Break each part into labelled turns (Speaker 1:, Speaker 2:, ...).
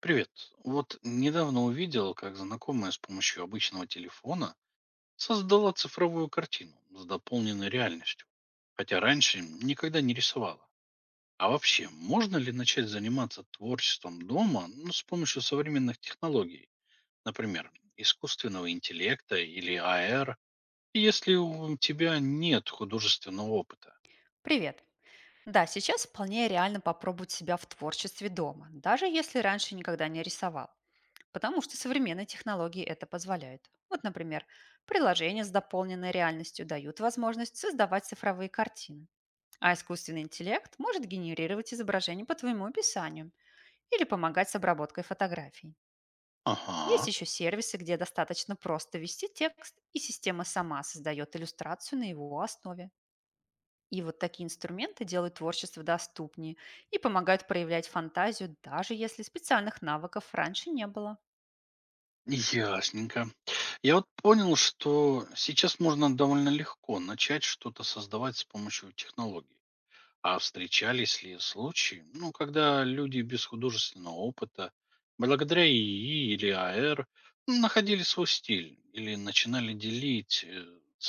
Speaker 1: Привет. Вот недавно увидел, как знакомая с помощью обычного телефона создала цифровую картину с дополненной реальностью. Хотя раньше никогда не рисовала. А вообще, можно ли начать заниматься творчеством дома, ну, с помощью современных технологий? Например, искусственного интеллекта или AR, если у тебя нет художественного опыта?
Speaker 2: Привет! Да, сейчас вполне реально попробовать себя в творчестве дома, даже если раньше никогда не рисовал, потому что современные технологии это позволяют. Вот, например, приложения с дополненной реальностью дают возможность создавать цифровые картины, а искусственный интеллект может генерировать изображения по твоему описанию или помогать с обработкой фотографий. Есть
Speaker 1: Ага.
Speaker 2: еще сервисы, где достаточно просто ввести текст, и система сама создает иллюстрацию на его основе. И вот такие инструменты делают творчество доступнее и помогают проявлять фантазию, даже если специальных навыков раньше не было.
Speaker 1: Ясненько. Я вот понял, что сейчас можно довольно легко начать что-то создавать с помощью технологий. А встречались ли случаи, ну, когда люди без художественного опыта, благодаря ИИ или АР, ну, находили свой стиль или начинали делиться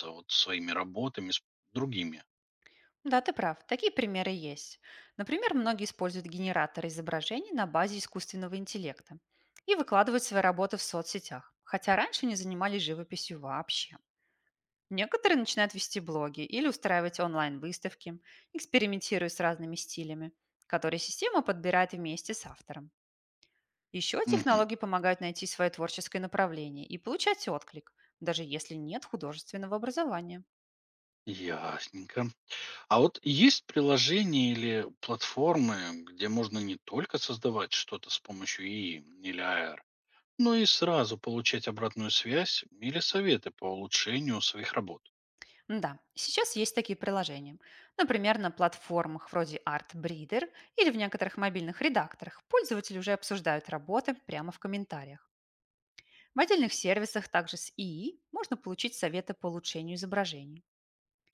Speaker 1: вот своими работами с другими?
Speaker 2: Да, ты прав, такие примеры есть. Например, многие используют генераторы изображений на базе искусственного интеллекта и выкладывают свои работы в соцсетях, хотя раньше не занимались живописью вообще. Некоторые начинают вести блоги или устраивать онлайн-выставки, экспериментируя с разными стилями, которые система подбирает вместе с автором. Еще
Speaker 1: Мгм.
Speaker 2: технологии помогают найти свое творческое направление и получать отклик, даже если нет художественного образования.
Speaker 1: Ясненько. А вот есть приложения или платформы, где можно не только создавать что-то с помощью ИИ или АР, ну и сразу получать обратную связь или советы по улучшению своих работ.
Speaker 2: Да, сейчас есть такие приложения. Например, на платформах вроде ArtBreeder или в некоторых мобильных редакторах пользователи уже обсуждают работы прямо в комментариях. В отдельных сервисах также с ИИ можно получить советы по улучшению изображений.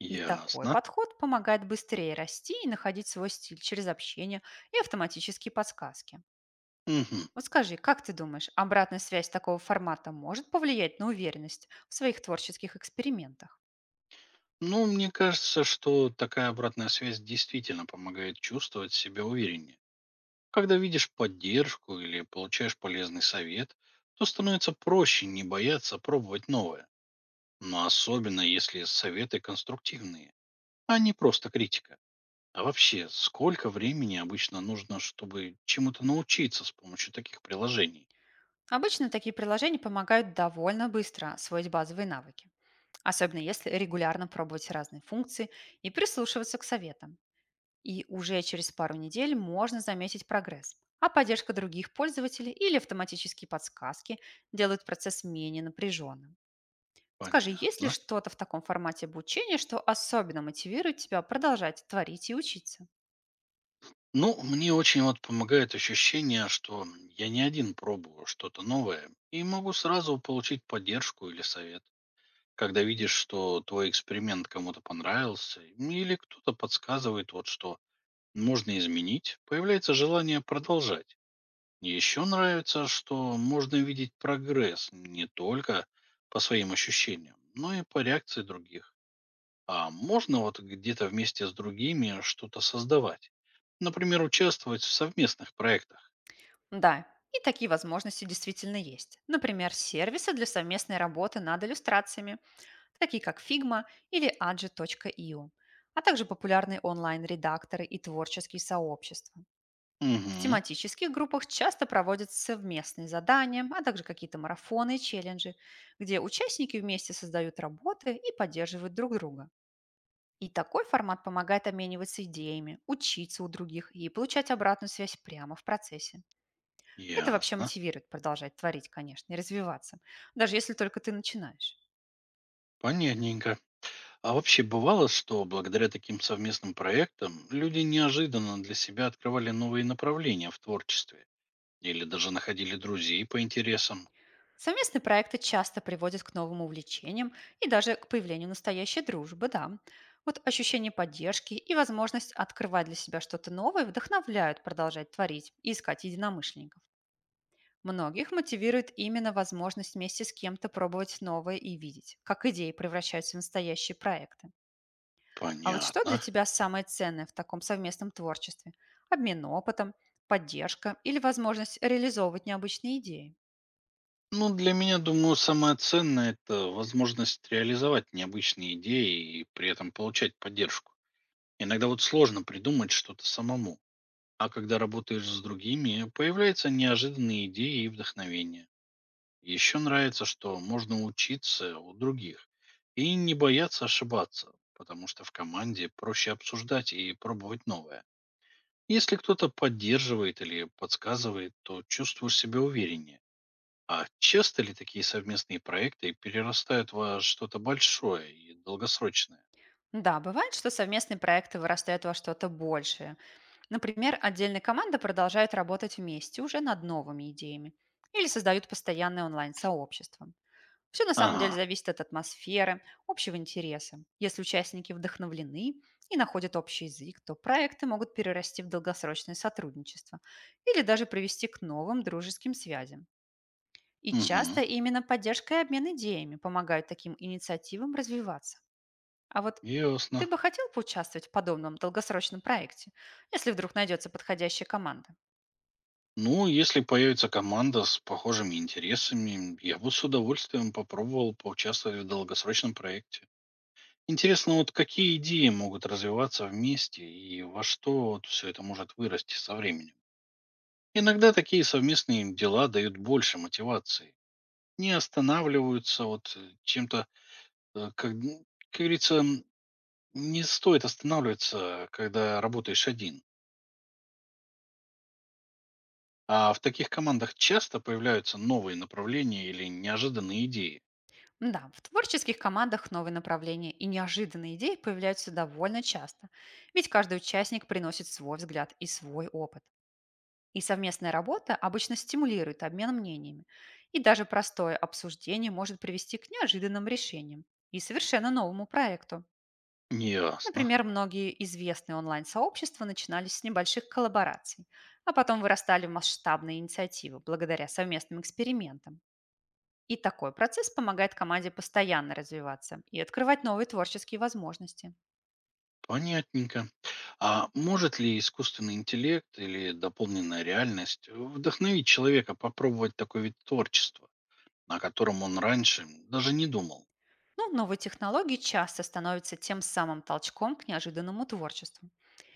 Speaker 2: И такой
Speaker 1: Ясно.
Speaker 2: подход помогает быстрее расти и находить свой стиль через общение и автоматические подсказки.
Speaker 1: Мгм.
Speaker 2: Вот скажи, как ты думаешь, обратная связь такого формата может повлиять на уверенность в своих творческих экспериментах?
Speaker 1: Ну, мне кажется, что такая обратная связь действительно помогает чувствовать себя увереннее. Когда видишь поддержку или получаешь полезный совет, то становится проще не бояться пробовать новое. Но особенно если советы конструктивные, а не просто критика. А вообще, сколько времени обычно нужно, чтобы чему-то научиться с помощью таких приложений?
Speaker 2: Обычно такие приложения помогают довольно быстро освоить базовые навыки, особенно если регулярно пробовать разные функции и прислушиваться к советам. И уже через пару недель можно заметить прогресс. А поддержка других пользователей или автоматические подсказки делают процесс менее напряженным. Скажи, есть ли
Speaker 1: Понятно.
Speaker 2: что-то в таком формате обучения, что особенно мотивирует тебя продолжать творить и учиться?
Speaker 1: Ну, мне очень вот помогает ощущение, что я не один пробую что-то новое и могу сразу получить поддержку или совет. Когда видишь, что твой эксперимент кому-то понравился или кто-то подсказывает вот что можно изменить, появляется желание продолжать. Еще нравится, что можно видеть прогресс не только по своим ощущениям, но и по реакции других. А можно вот где-то вместе с другими что-то создавать? Например, участвовать в совместных проектах?
Speaker 2: Да, и такие возможности действительно есть. Например, сервисы для совместной работы над иллюстрациями, такие как Figma или adji.io, а также популярные онлайн-редакторы и творческие сообщества. В
Speaker 1: Угу,
Speaker 2: тематических группах часто проводят совместные задания, а также какие-то марафоны и челленджи, где участники вместе создают работы и поддерживают друг друга. И такой формат помогает обмениваться идеями, учиться у других и получать обратную связь прямо в процессе. Это вообще
Speaker 1: ясно.
Speaker 2: мотивирует продолжать творить, конечно, и развиваться, даже если только ты начинаешь.
Speaker 1: Понятненько. А вообще бывало, что благодаря таким совместным проектам люди неожиданно для себя открывали новые направления в творчестве? Или даже находили друзей по интересам?
Speaker 2: Совместные проекты часто приводят к новым увлечениям и даже к появлению настоящей дружбы, да. Вот ощущение поддержки и возможность открывать для себя что-то новое вдохновляют продолжать творить и искать единомышленников. Многих мотивирует именно возможность вместе с кем-то пробовать новое и видеть, как идеи превращаются в настоящие проекты. А вот что для
Speaker 1: Понятно.
Speaker 2: тебя самое ценное в таком совместном творчестве? Обмен опытом, поддержка или возможность реализовывать необычные идеи?
Speaker 1: Ну, для меня, думаю, самое ценное – это возможность реализовать необычные идеи и при этом получать поддержку. Иногда вот сложно придумать что-то самому. А когда работаешь с другими, появляются неожиданные идеи и вдохновение. Еще нравится, что можно учиться у других и не бояться ошибаться, потому что в команде проще обсуждать и пробовать новое. Если кто-то поддерживает или подсказывает, то чувствуешь себя увереннее. А часто ли такие совместные проекты перерастают во что-то большое и долгосрочное?
Speaker 2: Да, бывает, что совместные проекты вырастают во что-то большее. Например, отдельная команда продолжает работать вместе уже над новыми идеями или создают постоянное онлайн-сообщество. Все на самом деле
Speaker 1: Ага,
Speaker 2: зависит от атмосферы, общего интереса. Если участники вдохновлены и находят общий язык, то проекты могут перерасти в долгосрочное сотрудничество или даже привести к новым дружеским связям. И
Speaker 1: угу,
Speaker 2: часто именно поддержка и обмен идеями помогают таким инициативам развиваться. А вот
Speaker 1: ясно.
Speaker 2: ты бы хотел поучаствовать в подобном долгосрочном проекте, если вдруг найдется подходящая команда?
Speaker 1: Ну, если появится команда с похожими интересами, я бы с удовольствием попробовал поучаствовать в долгосрочном проекте. Интересно, вот какие идеи могут развиваться вместе и во что вот все это может вырасти со временем. Иногда такие совместные дела дают больше мотивации. Не останавливаются вот чем-то, как, как говорится, не стоит останавливаться, когда работаешь один. А в таких командах часто появляются новые направления или неожиданные идеи.
Speaker 2: Да, в творческих командах новые направления и неожиданные идеи появляются довольно часто, ведь каждый участник приносит свой взгляд и свой опыт. И совместная работа обычно стимулирует обмен мнениями, и даже простое обсуждение может привести к неожиданным решениям и совершенно новому проекту.
Speaker 1: Ясно.
Speaker 2: Например, многие известные онлайн-сообщества начинались с небольших коллабораций, а потом вырастали в масштабные инициативы благодаря совместным экспериментам. И такой процесс помогает команде постоянно развиваться и открывать новые творческие возможности.
Speaker 1: Понятненько. А может ли искусственный интеллект или дополненная реальность вдохновить человека попробовать такой вид творчества, о котором он раньше даже не думал?
Speaker 2: Ну, новые технологии часто становятся тем самым толчком к неожиданному творчеству.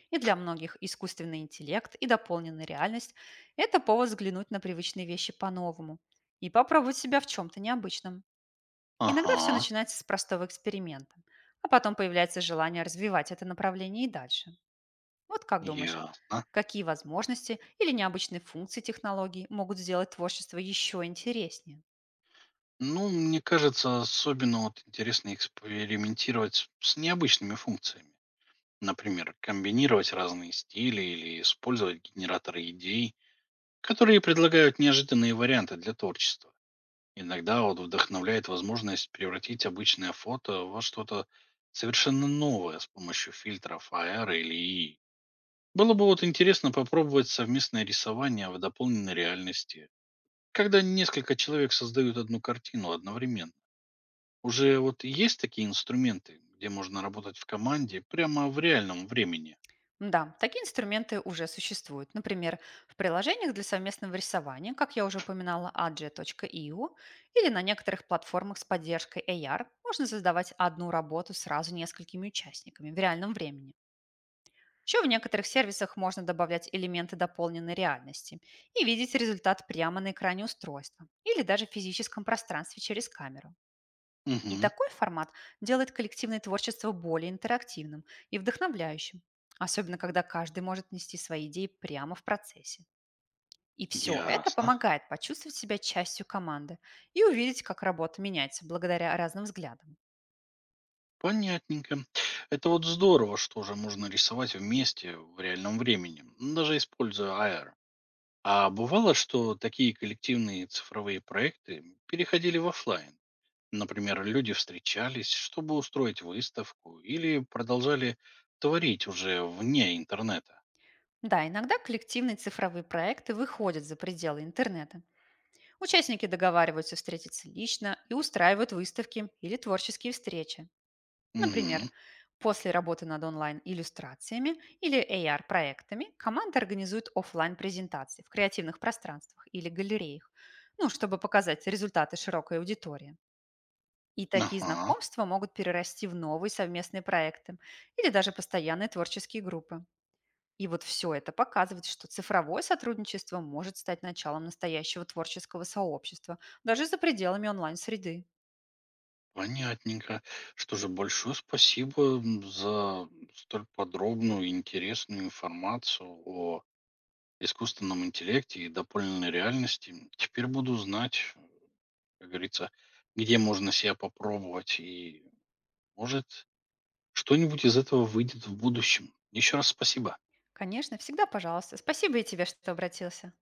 Speaker 2: И для многих искусственный интеллект и дополненная реальность – это повод взглянуть на привычные вещи по-новому и попробовать себя в чем-то необычном. Иногда все
Speaker 1: Ага,
Speaker 2: начинается с простого эксперимента, а потом появляется желание развивать это направление и дальше. Вот как думаешь,
Speaker 1: ясно.
Speaker 2: какие возможности или необычные функции технологий могут сделать творчество еще интереснее?
Speaker 1: Ну, мне кажется, особенно вот интересно экспериментировать с необычными функциями. Например, комбинировать разные стили или использовать генераторы идей, которые предлагают неожиданные варианты для творчества. Иногда вот вдохновляет возможность превратить обычное фото во что-то совершенно новое с помощью фильтров AR или ИИ. Было бы вот интересно попробовать совместное рисование в дополненной реальности, когда несколько человек создают одну картину одновременно. Уже вот есть такие инструменты, где можно работать в команде прямо в реальном времени?
Speaker 2: Да, такие инструменты уже существуют. Например, в приложениях для совместного рисования, как я уже упоминала, adja.io, или на некоторых платформах с поддержкой AR можно создавать одну работу сразу несколькими участниками в реальном времени. Еще в некоторых сервисах можно добавлять элементы дополненной реальности и видеть результат прямо на экране устройства или даже в физическом пространстве через камеру. И
Speaker 1: Угу,
Speaker 2: такой формат делает коллективное творчество более интерактивным и вдохновляющим, особенно когда каждый может нести свои идеи прямо в процессе. И все это
Speaker 1: ясно.
Speaker 2: помогает почувствовать себя частью команды и увидеть, как работа меняется благодаря разным взглядам.
Speaker 1: Понятненько. Это вот здорово, что же можно рисовать вместе в реальном времени, даже используя AR. А бывало, что такие коллективные цифровые проекты переходили в оффлайн. Например, люди встречались, чтобы устроить выставку, или продолжали творить уже вне интернета.
Speaker 2: Да, иногда коллективные цифровые проекты выходят за пределы интернета. Участники договариваются встретиться лично и устраивают выставки или творческие встречи. Например,
Speaker 1: Мгм.
Speaker 2: после работы над онлайн-иллюстрациями или AR-проектами команда организует оффлайн презентации в креативных пространствах или галереях, ну, чтобы показать результаты широкой аудитории. И такие
Speaker 1: Ага,
Speaker 2: знакомства могут перерасти в новые совместные проекты или даже постоянные творческие группы. И вот все это показывает, что цифровое сотрудничество может стать началом настоящего творческого сообщества, даже за пределами онлайн-среды.
Speaker 1: понятненько. Что же, большое спасибо за столь подробную и интересную информацию о искусственном интеллекте и дополненной реальности. Теперь буду знать, как говорится, где можно себя попробовать и может что-нибудь из этого выйдет в будущем. Еще раз спасибо.
Speaker 2: Конечно, всегда пожалуйста. Спасибо и тебе, что обратился.